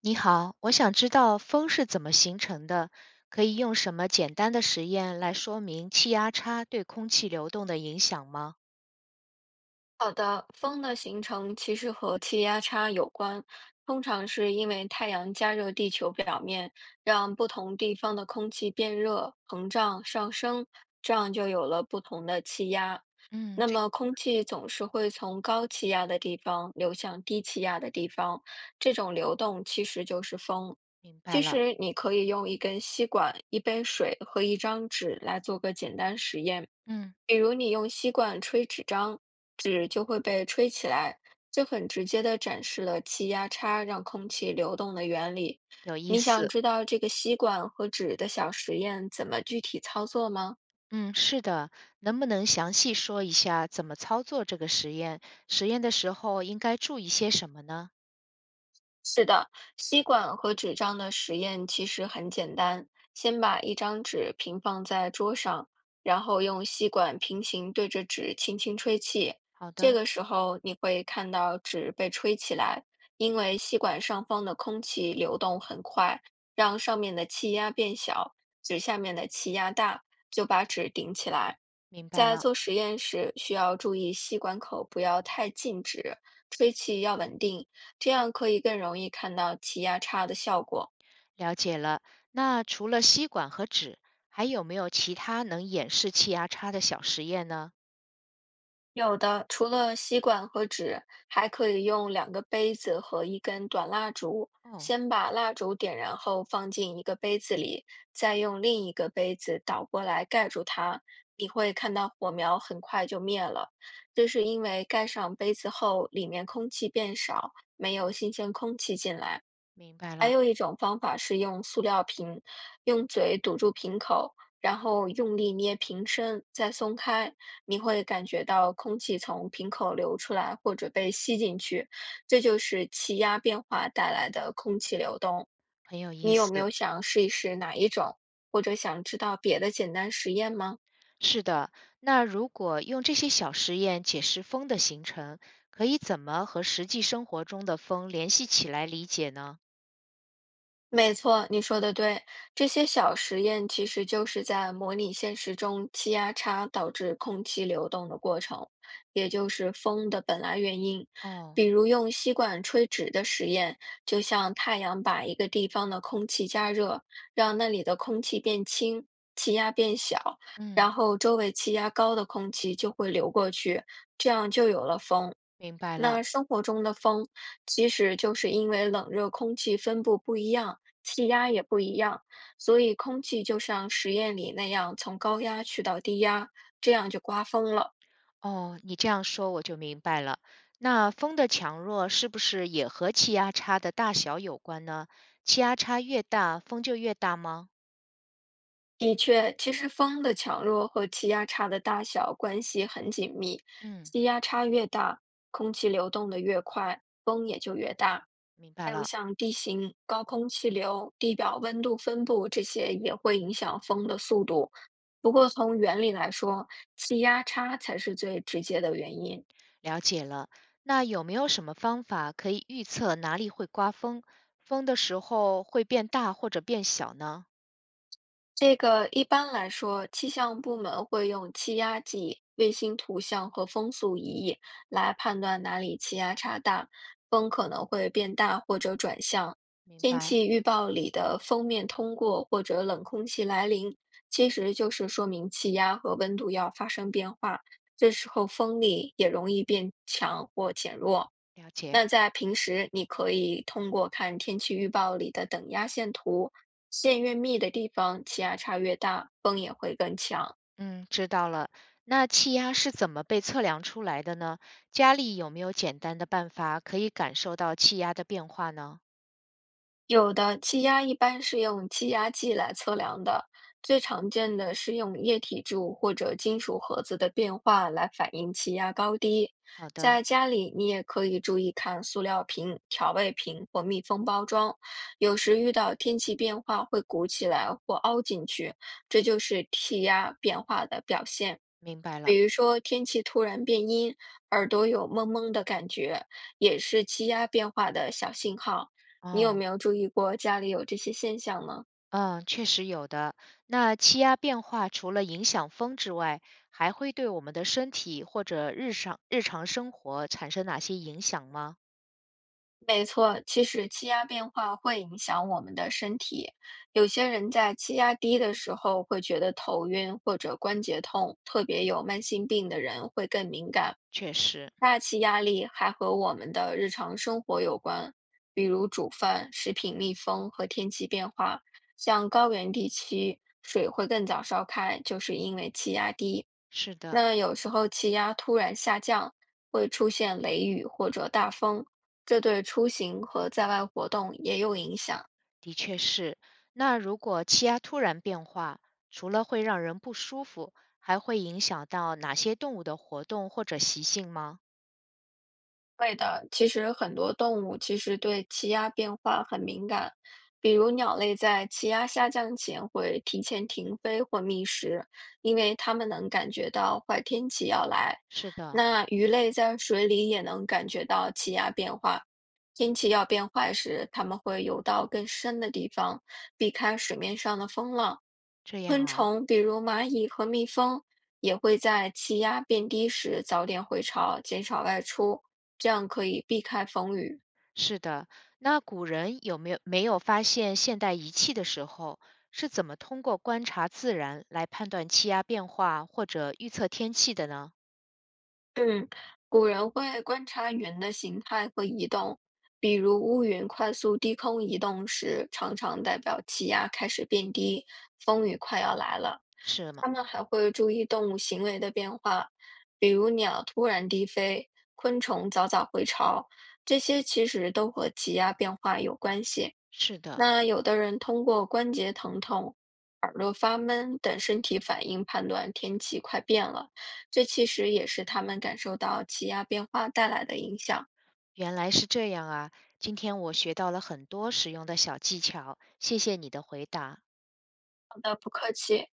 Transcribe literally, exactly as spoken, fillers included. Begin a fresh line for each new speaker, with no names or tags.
你好，我想知道风是怎么形成的，可以用什么简单的实验来说明气压差对空气流动的影响吗？
好的，风的形成其实和气压差有关，通常是因为太阳加热地球表面，让不同地方的空气变热、膨胀、上升，这样就有了不同的气压。
嗯，
那
这
么，空气总是会从高气压的地方流向低气压的地方，这种流动其实就是风。
明白
其
了。
实，你可以用一根吸管、一杯水和一张纸来做个简单实验。
嗯。
比如你用吸管吹纸张，纸就会被吹起来，这很直接地展示了气压差让空气流动的原理。
有意
你
思。
想知道这个吸管和纸的小实验怎么具体操作吗？
嗯，是的，能不能详细说一下怎么操作这个实验？实验的时候应该注意些什么呢？
是的，吸管和纸张的实验其实很简单。先把一张纸平放在桌上，然后用吸管平行对着纸轻轻吹气。
好
这
的。
个时候你会看到纸被吹起来，因为吸管上方的空气流动很快，让上面的气压变小，纸下面的气压大，就把纸顶起来。
明白
在
了。
做实验时，需要注意吸管口不要太近纸，吹气要稳定。这样可以更容易看到气压差的效果。
了解了。那除了吸管和纸，还有没有其他能演示气压差的小实验呢？
有的除了吸管和纸，还可以用两个杯子和一根短蜡烛，
哦。
先把蜡烛点燃后放进一个杯子里，再用另一个杯子倒过来盖住它。你会看到火苗很快就灭了，这是因为盖上杯子后，里面空气变少，没有新鲜空气进来。
明白
还
了。
有一种方法是用塑料瓶，用嘴堵住瓶口，然后用力捏瓶身，再松开，你会感觉到空气从瓶口流出来或者被吸进去，这就是气压变化带来的空气流动。
很有意
你有没
思。
有想试一试哪一种，或者想知道别的简单实验吗？
是的，那如果用这些小实验解释风的形成，可以怎么和实际生活中的风联系起来理解呢？
没错，你说的对，这些小实验其实就是在模拟现实中气压差导致空气流动的过程，也就是风的本来原因。
哦。
比如用吸管吹纸的实验，就像太阳把一个地方的空气加热，让那里的空气变轻，气压变小，
嗯。
然后周围气压高的空气就会流过去，这样就有了风。
明白了。
那生活中的风，其实就是因为冷热空气分布不一样。气压也不一样，所以空气就像实验里那样从高压去到低压，这样就刮风了。
哦，你这样说我就明白了。那风的强弱是不是也和气压差的大小有关呢？气压差越大，风就越大吗？
的确，其实风的强弱和气压差的大小关系很紧密，
嗯。
气压差越大，空气流动的越快，风也就越大。
明白
还有
了。
像地形、高空气流、地表温度分布这些也会影响风的速度。不过从原理来说，气压差才是最直接的原因。
了解了。那有没有什么方法可以预测哪里会刮风？风的时候会变大或者变小呢？
这个一般来说，气象部门会用气压计、卫星图像和风速仪来判断哪里气压差大，风可能会变大或者转向。
明
天
白。
气预报里的锋面通过或者冷空气来临，其实就是说明气压和温度要发生变化，这时候风力也容易变强或减弱。
了解。
那在平时，你可以通过看天气预报里的等压线图，线越密的地方，气压差越大，风也会更强。
嗯，知道了。那气压是怎么被测量出来的呢？家里有没有简单的办法可以感受到气压的变化呢？
有的，气压一般是用气压计来测量的，最常见的是用液体柱或者金属盒子的变化来反映气压高低。
好的。
在家里，你也可以注意看塑料瓶、调味瓶或密封包装，有时遇到天气变化会鼓起来或凹进去，这就是气压变化的表现。
明白了。
比如说，天气突然变阴，耳朵有蒙蒙的感觉，也是气压变化的小信号。你有
哦。
没有注意过家里有这些现象呢？
嗯，确实有的。那气压变化除了影响风之外，还会对我们的身体或者日常日常生活产生哪些影响吗？
没错，其实气压变化会影响我们的身体。有些人在气压低的时候会觉得头晕或者关节痛，特别有慢性病的人会更敏感。
确实。
大气压力还和我们的日常生活有关，比如煮饭、食品密封和天气变化。像高原地区，水会更早烧开，就是因为气压低。
是的。
那有时候气压突然下降，会出现雷雨或者大风，这对出行和在外活动也有影响。
的确是。那如果气压突然变化，除了会让人不舒服，还会影响到哪些动物的活动或者习性吗？
会的，其实很多动物其实对气压变化很敏感，比如鸟类在气压下降前会提前停飞或觅食，因为它们能感觉到坏天气要来。
是的。
那鱼类在水里也能感觉到气压变化，天气要变坏时，它们会游到更深的地方，避开水面上的风浪。
这样
昆
啊。
虫，比如蚂蚁和蜜蜂，也会在气压变低时早点回巢，减少外出。这样可以避开风雨。
是的。那古人有没有没有发现现代仪器的时候，是怎么通过观察自然来判断气压变化或者预测天气的呢？
嗯，古人会观察云的形态和移动，比如乌云快速低空移动时，常常代表气压开始变低，风雨快要来了。
是吗？
他们还会注意动物行为的变化，比如鸟突然低飞，昆虫早早回巢，这些其实都和气压变化有关系。
是的。
那有的人通过关节疼痛发闷等身体反应判断天气快变了，这其实也是他们感受到气压变化带来的影响。
原来是这样啊。今天我学到了很多实用的小技巧，谢谢你的回答。
好的，不客气。